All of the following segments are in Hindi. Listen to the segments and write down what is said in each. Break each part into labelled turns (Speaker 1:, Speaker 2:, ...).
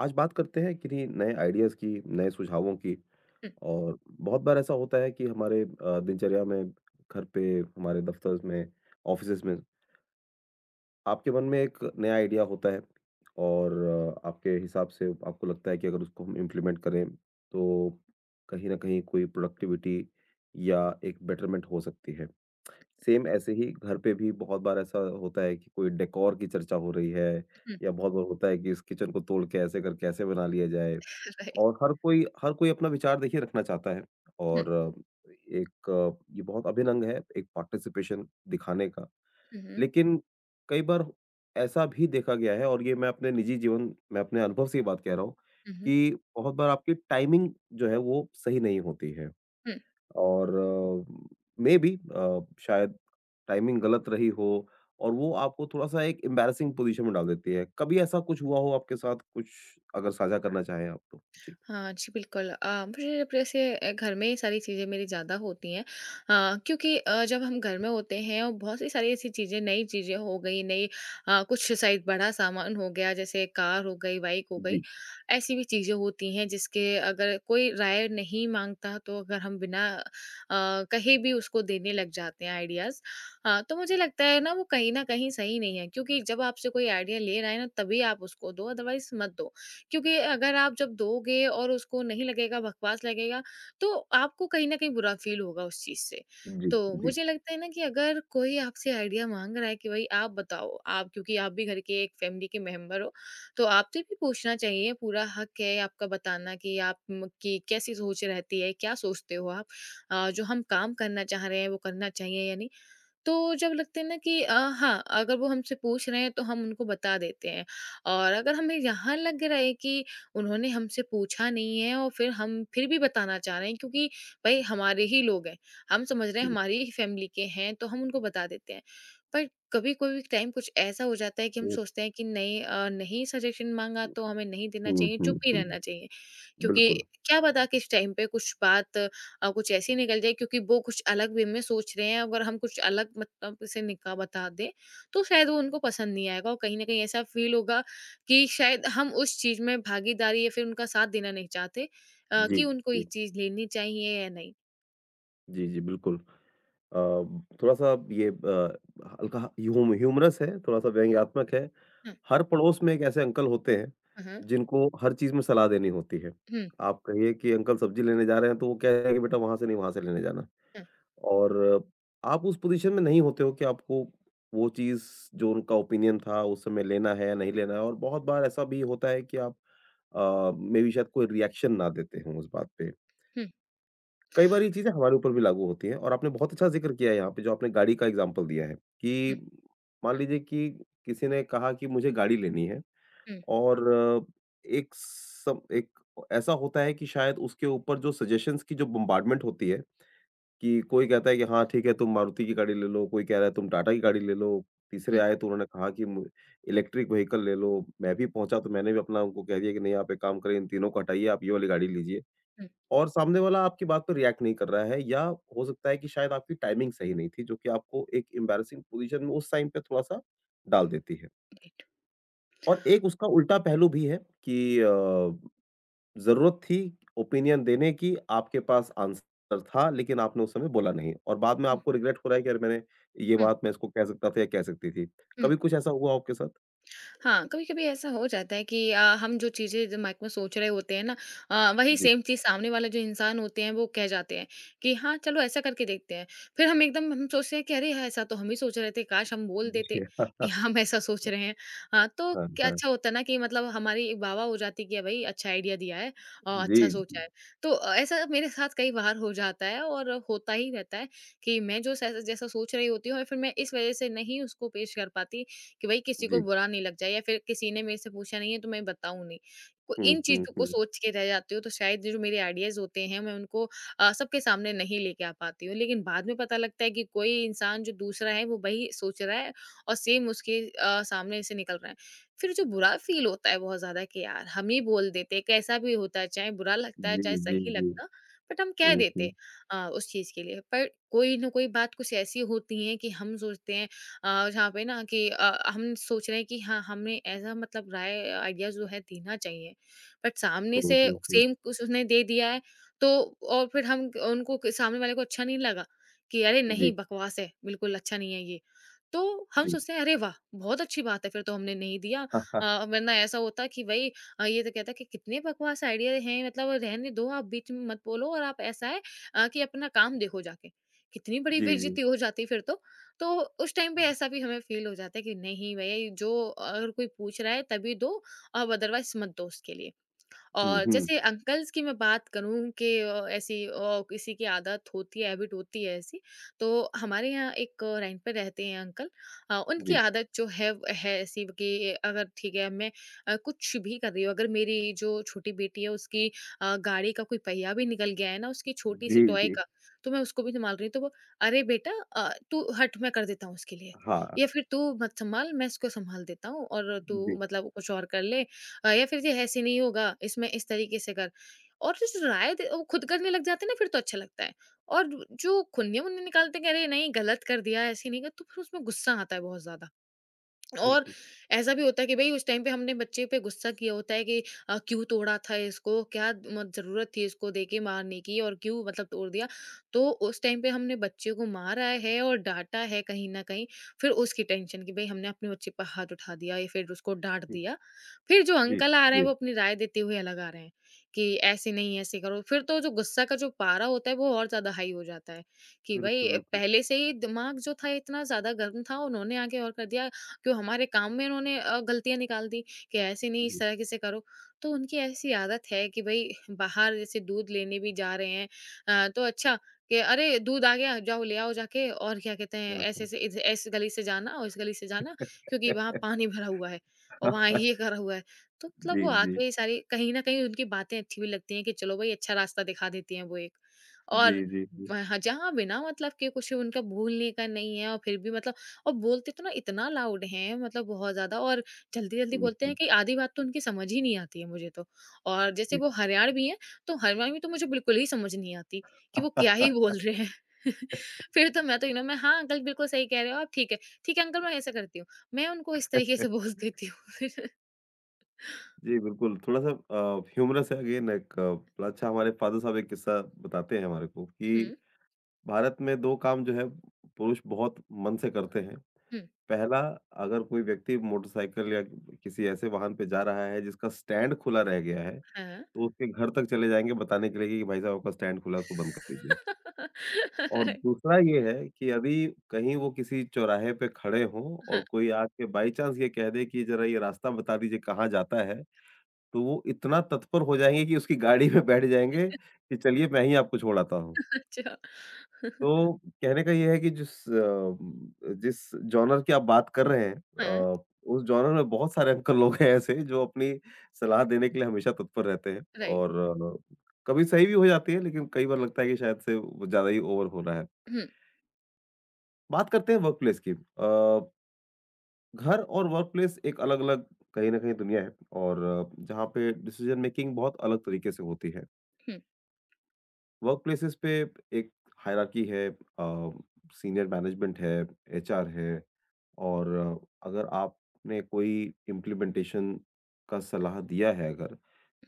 Speaker 1: आज बात करते हैं किन्हीं नए आइडियाज़ की, नए सुझावों की। और बहुत बार ऐसा होता है कि हमारे दिनचर्या में, घर पे, हमारे दफ्तर में, ऑफ़िसेज़ में, आपके मन में एक नया आइडिया होता है और आपके हिसाब से आपको लगता है कि अगर उसको हम इम्प्लीमेंट करें, तो कहीं न कहीं कोई प्रोडक्टिविटी या एक बेटरमेंट हो सकती है। सेम ऐसे ही घर पे भी बहुत बार ऐसा होता है कि कोई डेकोर की चर्चा हो रही है
Speaker 2: Mm,
Speaker 1: या बहुत बार होता है कि इस किचन को तोड़ के ऐसे करके ऐसे बना लिया जाए।
Speaker 2: right.
Speaker 1: और हर कोई अपना विचार देखिए रखना चाहता है
Speaker 2: Mm,
Speaker 1: और एक ये बहुत अभिन्न अंग है एक पार्टिसिपेशन दिखाने का।
Speaker 2: mhm,
Speaker 1: लेकिन कई बार ऐसा भी देखा गया है और ये मैं अपने निजी जीवन में अपने अनुभव से ये बात कह रहा हूँ
Speaker 2: mhm,
Speaker 1: कि बहुत बार आपकी टाइमिंग जो है वो सही नहीं होती है
Speaker 2: mm.
Speaker 1: और मेबी अ, शायद टाइमिंग गलत रही हो और वो आपको थोड़ा-सा एक एम्बैरेसिंग पोज़ीशन में डाल देती है। कभी ऐसा कुछ हुआ हो आपके साथ कुछ अगर साझा करना चाहें आप तो? जी।
Speaker 2: हाँ जी, बिल्कुल। मुझे जब जैसे घर में ये सारी चीज़ें मेरी ज़्यादा होती हैं क्योंकि जब हम घर में होते हैं और बहुत सी सारी ऐसी चीज़ें, नई चीज़ें हो गई, कुछ शायद बड़ा सामान हो गया, जैसे कार हो गई, बाइक हो गई,
Speaker 1: जी।
Speaker 2: ऐसी भी चीज़ें होती हैं जिसके अगर कोई राय नहीं माँगता, तो अगर हम बिना कहे भी उसको देने लग जाते हैं आइडियाज़। तो मुझे लगता है ना, वो कहीं न कहीं सही नहीं है क्योंकि जब आपसे कोई आइडिया ले रहा है ना, तभी आप उसको दो, अदरवाइज़ मत दो। क्योंकि अगर आप जब दोगे और उसको नहीं लगेगा, बकवास लगेगा, तो आपको कहीं न कहीं बुरा फ़ील होगा उस चीज़ से।
Speaker 1: जी,
Speaker 2: तो
Speaker 1: जी,
Speaker 2: मुझे लगता है ना कि अगर कोई आपसे आइडिया माँग रहा है कि भई आप बताओ, आप क्योंकि आप भी घर के एक फ़ैमिली के मेंबर हो, तो आपसे भी पूछना चाहिए, पूरा हक है आपका बताना कि आप म की कैसी सोच रहती है, क्या सोचते हो आप? जो हम काम करना चाह रहे हैं, वो करना चाहिए या नहीं? तो जब लगता है ना कि हाँ, अगर वो हमसे पूछ रहे हैं तो हम उनको बता देते हैं, और अगर हमें यहाँ लग रहा है कि उन्होंने हमसे पूछा नहीं है और फिर हम फिर भी बताना चाह रहे हैं क्योंकि भई हमारे ही लोग हैं, हम समझ रहे हैं
Speaker 1: जी।
Speaker 2: हमारी ही फैमिली के हैं तो हम उनको बता देते हैं। पर कभी कोई टाइम कुछ ऐसा हो जाता है कि हम
Speaker 1: हुँ,
Speaker 2: सोचते हैं कि नहीं सजेशन माँगा तो हमें नहीं देना
Speaker 1: हुँ,
Speaker 2: चाहिए, चुप
Speaker 1: हुँ,
Speaker 2: ही
Speaker 1: हुँ।
Speaker 2: रहना चाहिए। क्योंकि
Speaker 1: बिल्कुल।
Speaker 2: क्या पता किस टाइम पे कुछ बात कुछ ऐसी निकल जाए, क्योंकि वो कुछ अलग वे में सोच रहे हैं, अगर हम कुछ अलग मतलब से निकाह बता दें तो शायद वो उनको पसंद नहीं आएगा और कहीं ना कहीं ऐसा फील होगा कि शायद हम उस चीज में भागीदारी या फिर उनका साथ देना नहीं चाहते,
Speaker 1: जी,
Speaker 2: कि उनको ये
Speaker 1: जी,
Speaker 2: चीज लेनी चाहिए या नहीं।
Speaker 1: जी, जी, बिल्कुल। अ, थोड़ा-सा ये हल्का ह्यूमरस है, थोड़ा-सा व्यंग्यात्मक है।
Speaker 2: हम्म,
Speaker 1: हर पड़ोस में एक ऐसे अंकल होते हैं,
Speaker 2: हम्म,
Speaker 1: जिनको हर चीज़ में सलाह देनी होती है।
Speaker 2: हम्म,
Speaker 1: आप कहिए कि अंकल सब्ज़ी लेने जा रहे हैं, तो वो कहेंगे बेटा वहाँ से नहीं, वहाँ से लेने जाना। और आप उस पोजीशन में नहीं होते हो कि आपको वो चीज़ जो उनका ओपिनियन था उस समय लेना है या नहीं लेना है और बहुत बार ऐसा भी होता है कि आप मे बी शायद कोई रिएक्शन ना देते हों उस बात पे।
Speaker 2: हम्म,
Speaker 1: कई बार ये चीज़ें हमारे ऊपर भी लागू होती हैं और आपने बहुत अच्छा ज़िक्र किया है यहाँ पे जो आपने गाड़ी का एग्ज़ाम्पल दिया है
Speaker 2: हम्म,
Speaker 1: कि
Speaker 2: हम्म,
Speaker 1: मान लीजिए कि किसी ने कहा कि मुझे गाड़ी लेनी है
Speaker 2: हम्म,
Speaker 1: और एक ऐसा होता है कि शायद उसके ऊपर जो सजेशंस की जो बॉम्बार्डमेंट होती है कि कोई कहता है कि हाँ, ठीक है तुम मारुति की गाड़ी ले लो, कोई कह रहा है तुम टाटा की गाड़ी ले लो, तीसरे
Speaker 2: हम्म,
Speaker 1: आए तो उन्होंने कहा कि मु इलेक्ट्रिक व्हीकल ले लो। मैं भी पहुँचा तो मैंने भी अपना उनको कह दिया कि नहीं आप एक काम करें इन तीनों को हटाइए, आप ये वाली गाड़ी लीजिए
Speaker 2: हम्म,
Speaker 1: और सामने वाला आपकी बात पे रिएक्ट नहीं कर रहा है या हो सकता है कि शायद आपकी टाइमिंग सही नहीं थी, जो कि आपको एक एम्बैरसिंग पोज़ीशन में उस टाइम पे थोड़ा-सा डाल देती है।
Speaker 2: राइट,
Speaker 1: और एक उसका उल्टा पहलू भी है कि ज़रूरत थी ओपिनियन देने की, आपके पास आंसर था, लेकिन आपने उस समय बोला नहीं और बाद में
Speaker 2: हम्म,
Speaker 1: आपको रिग्रेट हो रहा है कि अरे मैंने ये
Speaker 2: हम्म।
Speaker 1: बात मैं इसको कह सकता था या कह सकती थी।
Speaker 2: हम्म।
Speaker 1: कभी कुछ ऐसा हुआ आपके साथ?
Speaker 2: हाँ, कभी-कभी ऐसा हो जाता है कि हम जो चीज़ें दिमाग में सोच रहे होते हैं ना, वही
Speaker 1: जी।
Speaker 2: सेम चीज़ सामने वाला जो इंसान होते हैं वो कह जाते हैं कि हाँ, चलो ऐसा करके देखते हैं। फिर हम एकदम हम सोचते हैं कि अरे! यार, ऐसा तो हम ही सोच रहे थे, काश हम बोल देते
Speaker 1: जी।
Speaker 2: कि हम ऐसा सोच रहे हैं। हाँ, तो
Speaker 1: हाँ, हाँ।
Speaker 2: क्या
Speaker 1: हाँ,
Speaker 2: अच्छा होता ना कि मतलब हमारी वाह-वाह हो जाती कि भई अच्छा आइडिया दिया है और
Speaker 1: जी,
Speaker 2: अच्छा सोचा
Speaker 1: जी,
Speaker 2: है। तो ऐसा मेरे साथ कई बार हो जाता है और होता ही रहता है कि मैं जो स जैसा सोच रही होती हूँ और फिर मैं इस वज़ह से नहीं उसको पेश कर पाती कि भई किसी को
Speaker 1: जी।
Speaker 2: बुरा नहीं लग जाए या फिर किसी ने मेरे से पूछा नहीं है तो मैं बताऊँ नहीं। को
Speaker 1: हुँ,
Speaker 2: इन
Speaker 1: हुँ,
Speaker 2: चीज़ों को
Speaker 1: हुँ।
Speaker 2: सोच के रह जाती हूँ तो शायद जो मेरे आइडियाज़ होते हैं मैं उनको सबके सामने नहीं लेके आ पाती हूँ। लेकिन बाद में पता लगता है कि कोई इंसान जो दूसरा है वो वही सोच रहा है और सेम उसके सामने से निकल रहा है। फिर जो बुरा फ़ील होता है बहुत ज़्यादा कि यार हम ही बोल देते, कैसा भी होता है चाहे बुरा लगता है,
Speaker 1: जी,
Speaker 2: चाहे
Speaker 1: जी,
Speaker 2: सही
Speaker 1: जी।
Speaker 2: लगता, बट हम कह
Speaker 1: हुँ,
Speaker 2: देते
Speaker 1: हुँ।
Speaker 2: उस चीज़ के लिए। पर कोई ना कोई बात कुछ ऐसी होती है कि हम सोचते हैं, जहाँ पे ना कि हम सोच रहे हैं कि हाँ हमें ऐसा मतलब राय आइडिया जो है देना चाहिए, बट सामने
Speaker 1: हुँ,
Speaker 2: से
Speaker 1: हुँ, हुँ।
Speaker 2: सेम कुछ उसने दे दिया है, तो और फिर हम उनको सामने वाले को अच्छा नहीं लगा कि अरे
Speaker 1: जी,
Speaker 2: नहीं बकवास है बिल्कुल अच्छा नहीं है ये, तो हम
Speaker 1: जी।
Speaker 2: सोचते हैं अरे वाह बहुत अच्छी बात है फिर तो हमने नहीं दिया,
Speaker 1: हाँ हाँ
Speaker 2: वरना ऐसा होता कि भाई ये तो कहता कि कितने बकवास आइडिया हैं, मतलब रहने दो आप बीच में मत बोलो और आप ऐसा है कि अपना काम देखो जाके, कितनी बड़ी
Speaker 1: जी, जी।
Speaker 2: बेइज्जती हो जाती फिर तो। तो उस टाइम पे ऐसा भी हमें फील हो जाता है कि नहीं भैया ये जो अगर कोई पूछ रहा है तभी दो, अब अदरवाइज मत दो उसके लिए।
Speaker 1: हुँ,
Speaker 2: और
Speaker 1: हुँ।
Speaker 2: जैसे अंकल्स की मैं बात करूँ कि ऐसी किसी की आदत होती है, हैबिट होती है ऐसी, तो हमारे यहाँ एक रेंट पे रहते हैं अंकल। उनकी
Speaker 1: जी।
Speaker 2: आदत जो है वो है ऐसी कि अगर ठीक है, मैं कुछ भी कर रही हूँ, अगर मेरी जो छोटी बेटी है उसकी गाड़ी का कोई पहिया भी निकल गया है ना उसकी छोटी सी
Speaker 1: जी,
Speaker 2: टॉय
Speaker 1: जी।
Speaker 2: का, तो मैं उसको भी संभाल रही हूँ, तो वो अरे बेटा तू हट मैं कर देता हूँ उसके लिए,
Speaker 1: हाँ।
Speaker 2: या फिर तू मत संभाल मैं इसको संभाल देता हूँ और तू
Speaker 1: जी,
Speaker 2: मतलब कुछ और कर ले, या फिर ये ऐसे नहीं होगा, इसमें इस तरीके से कर। और जो राय दे वो खुद करने लग जाते हैं ना, फिर तो अच्छा लगता है। और जो खुन्ने-वुन्ने निकालते हैं कि अरे नहीं गलत कर दिया, ऐसे नहीं कर, तो फिर उसमें गुस्सा आता है बहुत ज़्यादा। और
Speaker 1: बिल्कुल।
Speaker 2: ऐसा भी होता है कि भई उस टाइम पे हमने बच्चे पे गुस्सा किया होता है कि क्यों तोड़ा था इसको? क्या म ज़रूरत थी इसको देके मारने की और क्यों मतलब तोड़ दिया? तो उस टाइम पे हमने बच्चे को मारा है और डाँटा है कहीं न कहीं, फिर उसकी टेंशन कि भई हमने अपने बच्चे पर हाथ उठा दिया या फिर उसको डाँट
Speaker 1: जी,
Speaker 2: दिया। फिर जो
Speaker 1: जी,
Speaker 2: अंकल आ रहे हैं
Speaker 1: जी।
Speaker 2: वो अपनी राय देते हुए अलग आ रहे हैं कि ऐसे नहीं, ऐसे करो। फिर तो जो गुस्सा का जो पारा होता है वो और ज़्यादा हाई हो जाता है कि
Speaker 1: बिल्कुल,
Speaker 2: भई
Speaker 1: बिल्कुल।
Speaker 2: पहले से ही दिमाग जो था इतना ज़्यादा गर्म था, उन्होंने आके और कर दिया। क्यों हमारे काम में उन्होंने गलतियाँ निकाल दी कि ऐसे नहीं इस
Speaker 1: जी।
Speaker 2: तरीके से करो। तो उनकी ऐसी आदत है कि भई बाहर जैसे दूध लेने भी जा रहे हैं, तो अच्छा कि अरे दूध आ गया, जाओ ले आओ जाके, और क्या कहते हैं
Speaker 1: हाँ, हाँ।
Speaker 2: ऐसे-ऐसे इध इस गली से जाना और इस गली से जाना, क्योंकि वहाँ पानी भरा हुआ है और वहाँ ये करा हुआ है। तो मतलब
Speaker 1: जी,
Speaker 2: वो
Speaker 1: जी।
Speaker 2: आके ये सारी कहीं न कहीं उनकी बातें अच्छी भी लगती हैं कि चलो भई अच्छा रास्ता दिखा देती हैं वो एक।
Speaker 1: जी,
Speaker 2: और
Speaker 1: जी, जी।
Speaker 2: वहाँ जहाँ बिना मतलब के कुछ उनका भूलने का नहीं है और फिर भी मतलब, और बोलते तो ना इतना लाउड हैं मतलब बहुत ज़्यादा, और जल्दी-जल्दी
Speaker 1: हुँ,
Speaker 2: बोलते हैं
Speaker 1: हुँ,
Speaker 2: कि आधी बात तो उनकी समझ ही नहीं आती है मुझे तो। और जैसे
Speaker 1: जी।
Speaker 2: वो हरियाणवी हैं, तो हरियाणवी तो मुझे बिल्कुल ही समझ नहीं आती कि वो क्या ही बोल रहे हैं। फिर तो मैं तो यू नो मैं हाँ, अंकल बिल्कुल सही कह रहे हो आप, ठीक है। ठीक है अंकल, मैं ऐसा करती हूँ। मैं उनको इस तरीके से बोल देती हूँ फिर।
Speaker 1: जी, बिल्कुल, थोड़ा-सा ह्यूमरस है अगेन एक मतलब अच्छा हमारे फ़ादर साहब एक किस्सा बताते हैं हमारे को
Speaker 2: हुँ,
Speaker 1: कि भारत में 2 काम जो है पुरुष बहुत मन से करते हैं।
Speaker 2: हुँ,
Speaker 1: पहला अगर कोई व्यक्ति मोटरसाइकिल या किसी ऐसे वाहन पे जा रहा है जिसका स्टैंड खुला रह गया है,
Speaker 2: हाँ।
Speaker 1: तो उसके घर तक चले जाएँगे बताने के लिए कि भाई साहब आपका स्टैंड खुला है उसको बंद कर दीजिए। और दूसरा ये है कि अभी कहीं वो किसी चौराहे पे खड़े हों और
Speaker 2: हाँ,
Speaker 1: कोई आके बाई चांस ये कह दे कि ज़रा ये रास्ता बता दीजिए कहाँ जाता है, तो वो इतना तत्पर हो जाएँगे कि उसकी गाड़ी में बैठ जाएँगे कि चलिए मैं ही आपको छोड़ आता हूँ।
Speaker 2: अच्छा।
Speaker 1: तो कहने का ये है कि जिस जॉनर की आप बात कर रहे हैं
Speaker 2: हाँ,
Speaker 1: अ, उस जॉनर में बहुत सारे अंकल लोग हैं ऐसे जो अपनी सलाह देने के लिए हमेशा तत्पर रहते हैं
Speaker 2: राइट।
Speaker 1: और अ, कभी सही भी हो जाती है लेकिन कई बार लगता है कि शायद से वो ज़्यादा ही ओवर हो रहा है।
Speaker 2: हुँ,
Speaker 1: बात करते हैं वर्कप्लेस की। घर और वर्कप्लेस एक अलग-अलग कहीं न कहीं दुनिया है और जहाँ पे डिसीज़न मेकिंग बहुत अलग तरीके से होती है।
Speaker 2: हुँ,
Speaker 1: वर्कप्लेसेस पे एक हायरार्की है, सीनियर मैनेजमेंट है, एचआर है और अगर आपने कोई इम्प्लीमेंटेशन का सलाह दिया है अगर,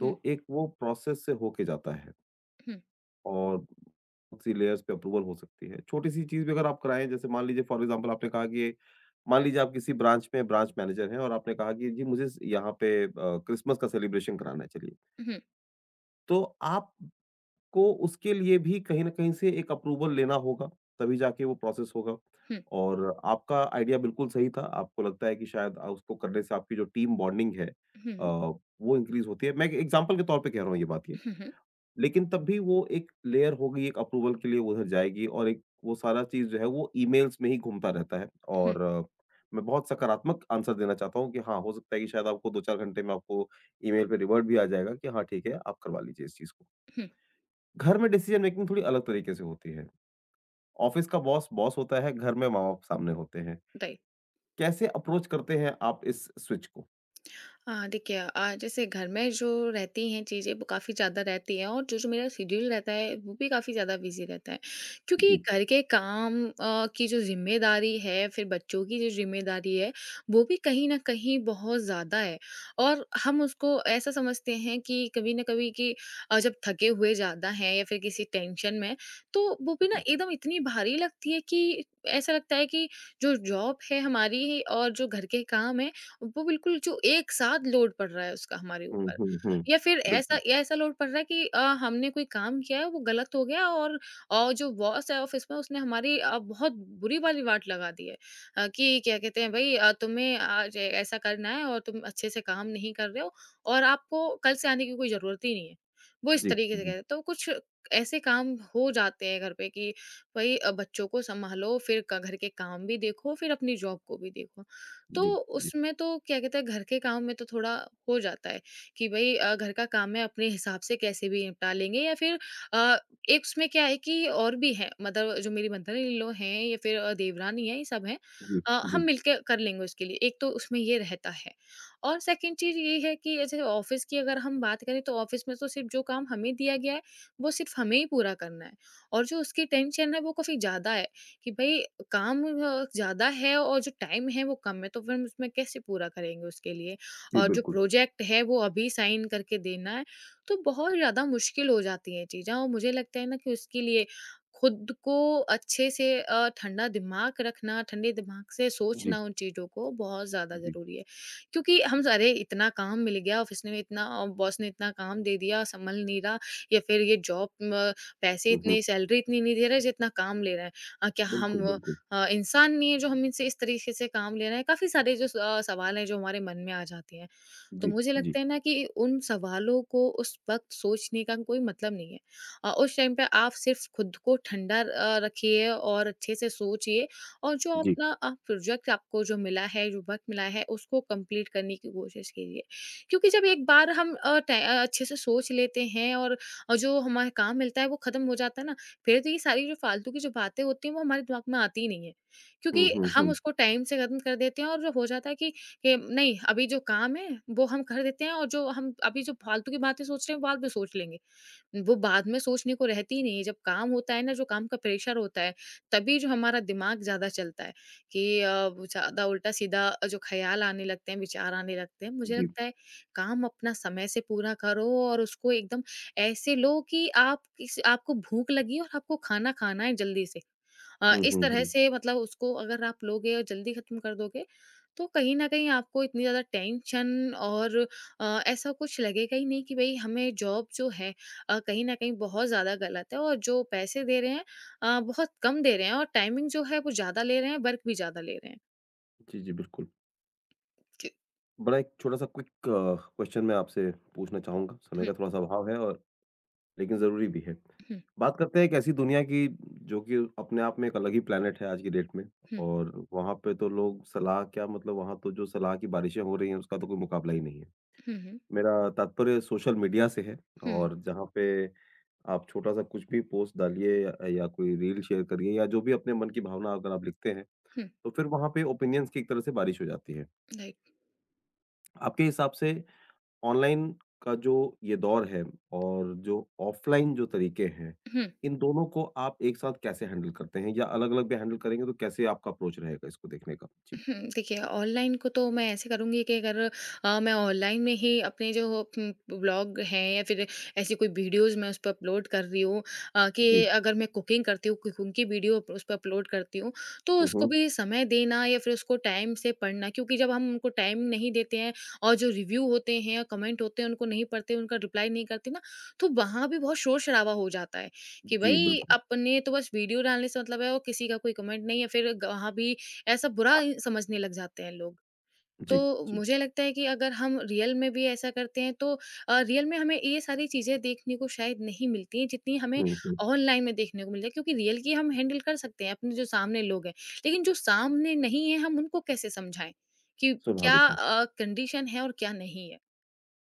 Speaker 2: हुँ,
Speaker 1: तो एक वो प्रोसेस से होके जाता है।
Speaker 2: हुँ, हुँ,
Speaker 1: और बहुत सी लेयर्स पे अप्रूवल हो सकती है। छोटी-सी चीज़ भी अगर आप कराएँ जैसे मान लीजिए फॉर एग्ज़ाम्पल आपने कहा कि मान लीजिए आप किसी ब्रांच में ब्रांच मैनेजर हैं और आपने कहा कि जी मुझे स यहाँ पे क्रिसमस का सेलिब्रेशन कराना है चलिए।
Speaker 2: हुँ,
Speaker 1: तो आपको उसके लिए भी कहीं न कहीं से एक अप्रूवल लेना होगा, तभी जाके वो प्रोसेस होगा।
Speaker 2: हुँ,
Speaker 1: और आपका आइडिया बिल्कुल सही था। आपको लगता है कि शायद उसको करने से आपकी जो टीम बॉन्डिंग है,
Speaker 2: हुँ,
Speaker 1: अ, वो इंक्रीज़ होती है। मैं एक एग्ज़ाम्पल के तौर पे कह रहा हूँ ये बात ये।
Speaker 2: हुँ,
Speaker 1: लेकिन तब भी वो एक लेयर होगी, एक अप्रूवल के लिए उधर जाएगी और एक वो सारा चीज़ जो है वो ईमेल्स में ही घूमता रहता है
Speaker 2: हुँ,
Speaker 1: और मैं बहुत सकारात्मक आंसर देना चाहता हूँ कि हाँ, हो सकता है कि शायद आपको 2-4 घंटे में आपको ईमेल पे रिवर्ट भी आ जाएगा कि हाँ, ठीक है, आप करवा लीजिए इस चीज़ को।
Speaker 2: हुँ,
Speaker 1: घर में डिसीज़न मेकिंग थोड़ी अलग तरीके से होती है। ऑफ़िस का बॉस, बॉस होता है, घर में माँ-बाप सामने होते हैं।
Speaker 2: राइट।
Speaker 1: कैसे अप्रोच करते हैं आप इस स्विच को?
Speaker 2: हाँ, देखिए जैसे घर में जो रहती हैं चीज़ें वो काफ़ी ज़्यादा रहती हैं, और जो जो मेरा शेड्यूल रहता है वो भी काफ़ी ज़्यादा बिज़ी रहता है।
Speaker 1: जी,
Speaker 2: क्योंकि घर के काम की जो ज़िम्मेदारी है, फिर बच्चों की जो ज़िम्मेदारी है, वो भी कहीं न कहीं बहुत ज़्यादा है। और हम उसको ऐसा समझते हैं कि कभी न कभी कि जब थके हुए ज़्यादा हैं या फिर किसी टेंशन में, तो वो भी ना
Speaker 1: जी।
Speaker 2: एकदम इतनी भारी लगती है कि ऐसा लगता है कि जो जॉब है हमारी और जो घर के काम हैं वो बिल्कुल जो एक साथ लोड पड़ रहा है उसका हमारे
Speaker 1: हुँ,
Speaker 2: ऊपर,
Speaker 1: हुँ, हुँ।
Speaker 2: या फिर ऐसा
Speaker 1: बिल्कुल।
Speaker 2: या ऐसा लोड पड़ रहा है कि हमने कोई काम किया है वो गलत हो गया, और जो बॉस है ऑफिस में उसने हमारी बहुत बुरी वाली वाट लगा दी है, कि क्या कहते हैं भाई तुम्हें आज ऐसा करना है और तुम अच्छे से काम नहीं कर रहे हो और आपको कल से आने की कोई जरूरत ही नहीं है, वो इस
Speaker 1: जी,
Speaker 2: तरीके से कहते
Speaker 1: जी,
Speaker 2: हैं, तो कुछ ऐसे काम हो जाते हैं घर पे कि भाई बच्चों को संभालो फिर घर के काम भी देखो फिर अपनी जॉब को भी देखो, तो
Speaker 1: जी, जी,
Speaker 2: उसमें तो क्या कहते हैं घर के काम में तो थोड़ा हो जाता है कि भई घर का काम है अपने हिसाब से कैसे भी निपटा लेंगे, या फिर अ, एक उसमें क्या है कि और भी है मतलब जो मेरी मदर-इन-लॉ हैं या फिर देवरानी है, ये सब हैं।
Speaker 1: जी,
Speaker 2: हम
Speaker 1: जी,
Speaker 2: मिलके कर लेंगे उसके लिए। एक तो उसमें ये रहता है, और सेकंड चीज़ ये है कि जैसे ऑफ़िस की अगर हम बात करें, तो ऑफ़िस में तो सिर्फ़ जो काम हमें दिया गया है, वो सिर्फ़ हमें ही पूरा करना है। और जो उसकी टेंशन है वो काफ़ी ज़्यादा है कि भई, काम ज़्यादा है और जो टाइम है वो कम है, तो फिर हम उसमें कैसे पूरा करेंगे उसके लिए?
Speaker 1: जी,
Speaker 2: और जो
Speaker 1: बिल्कुल।
Speaker 2: प्रोजेक्ट है वो अभी साइन करके देना है, तो बहुत ज़्यादा मुश्किल हो जाती हैं चीज़ें। और मुझे लगता है ना कि उसके लिए खुद को अच्छे से ठंडा दिमाग रखना, ठंडे दिमाग से
Speaker 1: जी,
Speaker 2: सोचना उन चीज़ों को बहुत ज़्यादा
Speaker 1: जी।
Speaker 2: ज़रूरी है। क्योंकि हम सारे इतना काम मिल गया, ऑफ़िस ने इतना बॉस ने इतना काम दे दिया, संभल नहीं रहा, या फिर ये जॉब म पैसे
Speaker 1: हुँ, हुँ।
Speaker 2: इतने, सैलरी इतनी नहीं दे रहा है जितना काम ले रहा है। अ, क्या
Speaker 1: बिल्कुल,
Speaker 2: हम
Speaker 1: बिल्कुल।
Speaker 2: इंसान ने जो हम इनसे इस तरीके से काम ले रहा है, काफ़ी सारे जो सवाल हैं जो हमारे मन में आ जाते हैं। तो
Speaker 1: जी,
Speaker 2: मुझे
Speaker 1: जी,
Speaker 2: लगता है ना कि उन सवालों को उस वक़्त सोचने का कोई मतलब नहीं है। उस टाइम पे आप सिर्फ़ खुद को ठंडा रखिए और अच्छे से सोचिए, और जो
Speaker 1: जी।
Speaker 2: अपना प्रोजेक्ट आपको जो मिला है, जो वक़्त मिला है, उसको कंप्लीट करने की कोशिश कीजिए। क्योंकि जब एक बार हम अच्छे से सोच लेते हैं, और जो हमें काम मिलता है वो ख़त्म हो जाता है ना, फिर तो ये सारी जो फालतू की जो बातें होती हैं वो हमारे दिमाग में आती ही नहीं है। क्योंकि
Speaker 1: हुँ, हुँ,
Speaker 2: हम
Speaker 1: हुँ।
Speaker 2: उसको टाइम से ख़त्म कर देते हैं, और जो हो जाता है कि नहीं, अभी जो काम है वो हम कर देते हैं, और जो हम अभी जो फालतू की बातें सोच रहे हैं वो बाद में सोच लेंगे। वो बाद में सोचने को रहती ही नहीं है। जब काम होता है ना, जो काम का प्रेशर होता है, तभी जो हमारा दिमाग ज़्यादा चलता है कि वो ज़्यादा उल्टा-सीधा जो ख़्याल आने लगते हैं, विचार आने लगते हैं। मुझे
Speaker 1: जी।
Speaker 2: लगता है, काम अपना समय से पूरा करो, और उसको एकदम ऐसे लो कि आप किस आपको भूख लगी है और आपको खाना खाना है जल्दी से।
Speaker 1: हुँ,
Speaker 2: इस
Speaker 1: हुँ,
Speaker 2: तरह
Speaker 1: हुँ।
Speaker 2: से मतलब उसको अगर आप लोगे और जल्दी ख़त्म कर दोगे, तो कहीं न कहीं आपको इतनी ज़्यादा टेंशन और ऐसा कुछ लगेगा ही नहीं कि भई, हमें जॉब जो है कहीं न कहीं बहुत ज़्यादा गलत है, और जो पैसे दे रहे हैं बहुत कम दे रहे हैं, और टाइमिंग जो है वो ज़्यादा ले रहे हैं, वर्क भी ज़्यादा ले रहे हैं।
Speaker 1: जी, जी, बिल्कुल।
Speaker 2: जी।
Speaker 1: बड़ा एक छोटा-सा क्विक क्वेश्चन मैं आपसे पूछना चाहूँगा, समय
Speaker 2: हुँ,
Speaker 1: का थोड़ा-सा अभाव है और लेकिन ज़रूरी भी है।
Speaker 2: हुँ,
Speaker 1: बात करते हैं एक ऐसी दुनिया की जो कि अपने आप में एक अलग ही प्लैनेट है आज की डेट में
Speaker 2: हुँ,
Speaker 1: और वहाँ पे तो लोग सलाह क्या मतलब वहाँ तो जो सलाह की बारिशें हो रही हैं उसका तो कोई मुकाबला ही नहीं है।
Speaker 2: हुँ, हुँ,
Speaker 1: मेरा तात्पर्य सोशल मीडिया से है
Speaker 2: हुँ,
Speaker 1: और जहाँ पे आप छोटा-सा कुछ भी पोस्ट डालिए या कोई रील शेयर करिए या जो भी अपने मन की भावना अगर आप लिखते हैं,
Speaker 2: हुँ,
Speaker 1: तो फिर वहाँ पे ओपिनियंस की एक तरह से बारिश हो जाती है।
Speaker 2: राइट,
Speaker 1: आपके हिसाब से ऑनलाइन का जो ये दौर है और जो ऑफलाइन जो तरीके हैं,
Speaker 2: हुँ।
Speaker 1: इन दोनों को आप एक साथ कैसे हैंडल करते हैं या अलग-अलग भी हैंडल करेंगे तो कैसे आपका अप्रोच रहेगा इसको देखने का? जी।
Speaker 2: हुँ, देखिए, ऑनलाइन को तो मैं ऐसे करूँगी कि अगर मैं ऑनलाइन में ही अपने जो उम, व्लॉग हैं या फिर ऐसी कोई वीडियोज़ मैं उस पे अपलोड कर रही हूँ,
Speaker 1: जी।
Speaker 2: कि अगर मैं कुकिंग करती हूँ, कुकिंग की वीडियो उस पे अपलोड करती हूँ, तो
Speaker 1: हुँ,
Speaker 2: उसको
Speaker 1: हुँ।
Speaker 2: भी समय देना या फिर उसको टाइम से पढ़ना, क्योंकि जब हम उनको टाइम नहीं देते हैं, और जो रिव्यू होते हैं या कमेंट होते हैं, उनको नहीं पढ़ते, उनका रिप्लाई नहीं करते ना, तो वहाँ भी बहुत शोर-शराबा हो जाता है कि
Speaker 1: जी,
Speaker 2: भई,
Speaker 1: बिल्कुल।
Speaker 2: अपने तो बस वीडियो डालने से मतलब है और किसी का कोई कमेंट नहीं है, फिर ग वहाँ भी ऐसा बुरा ही समझने लग जाते हैं लोग।
Speaker 1: जी,
Speaker 2: तो
Speaker 1: जी।
Speaker 2: मुझे लगता है कि अगर हम रियल में भी ऐसा करते हैं, तो रियल में हमें ये सारी चीज़ें देखने को शायद नहीं मिलती हैं जितनी हमें
Speaker 1: हुँ, हुँ।
Speaker 2: ऑनलाइन में देखने को मिलती है, क्योंकि रियल की हम हैंडल कर सकते हैं अपने जो सामने लोग हैं। लेकिन जो सामने नहीं है हम उनको कैसे समझाएँ कि क्या
Speaker 1: स्वाभाविक है।
Speaker 2: कंडीशन है और क्या नहीं है?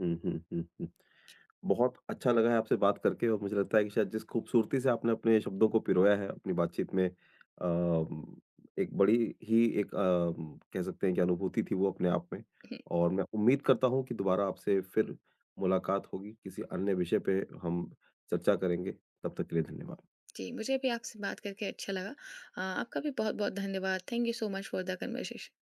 Speaker 1: हुँ, हुँ, हुँ, हुँ। बहुत अच्छा लगा है आपसे बात करके और मुझे लगता है कि शायद जिस खूबसूरती से आपने अपने शब्दों को पिरोया है अपनी बातचीत में, एक बड़ी ही एक कह सकते हैं कि अनुभूति थी वो अपने आप में।
Speaker 2: हम्म,
Speaker 1: और मैं उम्मीद करता हूँ कि दोबारा आपसे फिर मुलाकात होगी किसी अन्य विषय पे हम चर्चा करेंगे। तब तक के लिए धन्यवाद।
Speaker 2: जी, मुझे भी आपसे बात करके अच्छा लगा। आपका भी बहुत-बहुत धन्यवाद। Thank you so much for the conversation.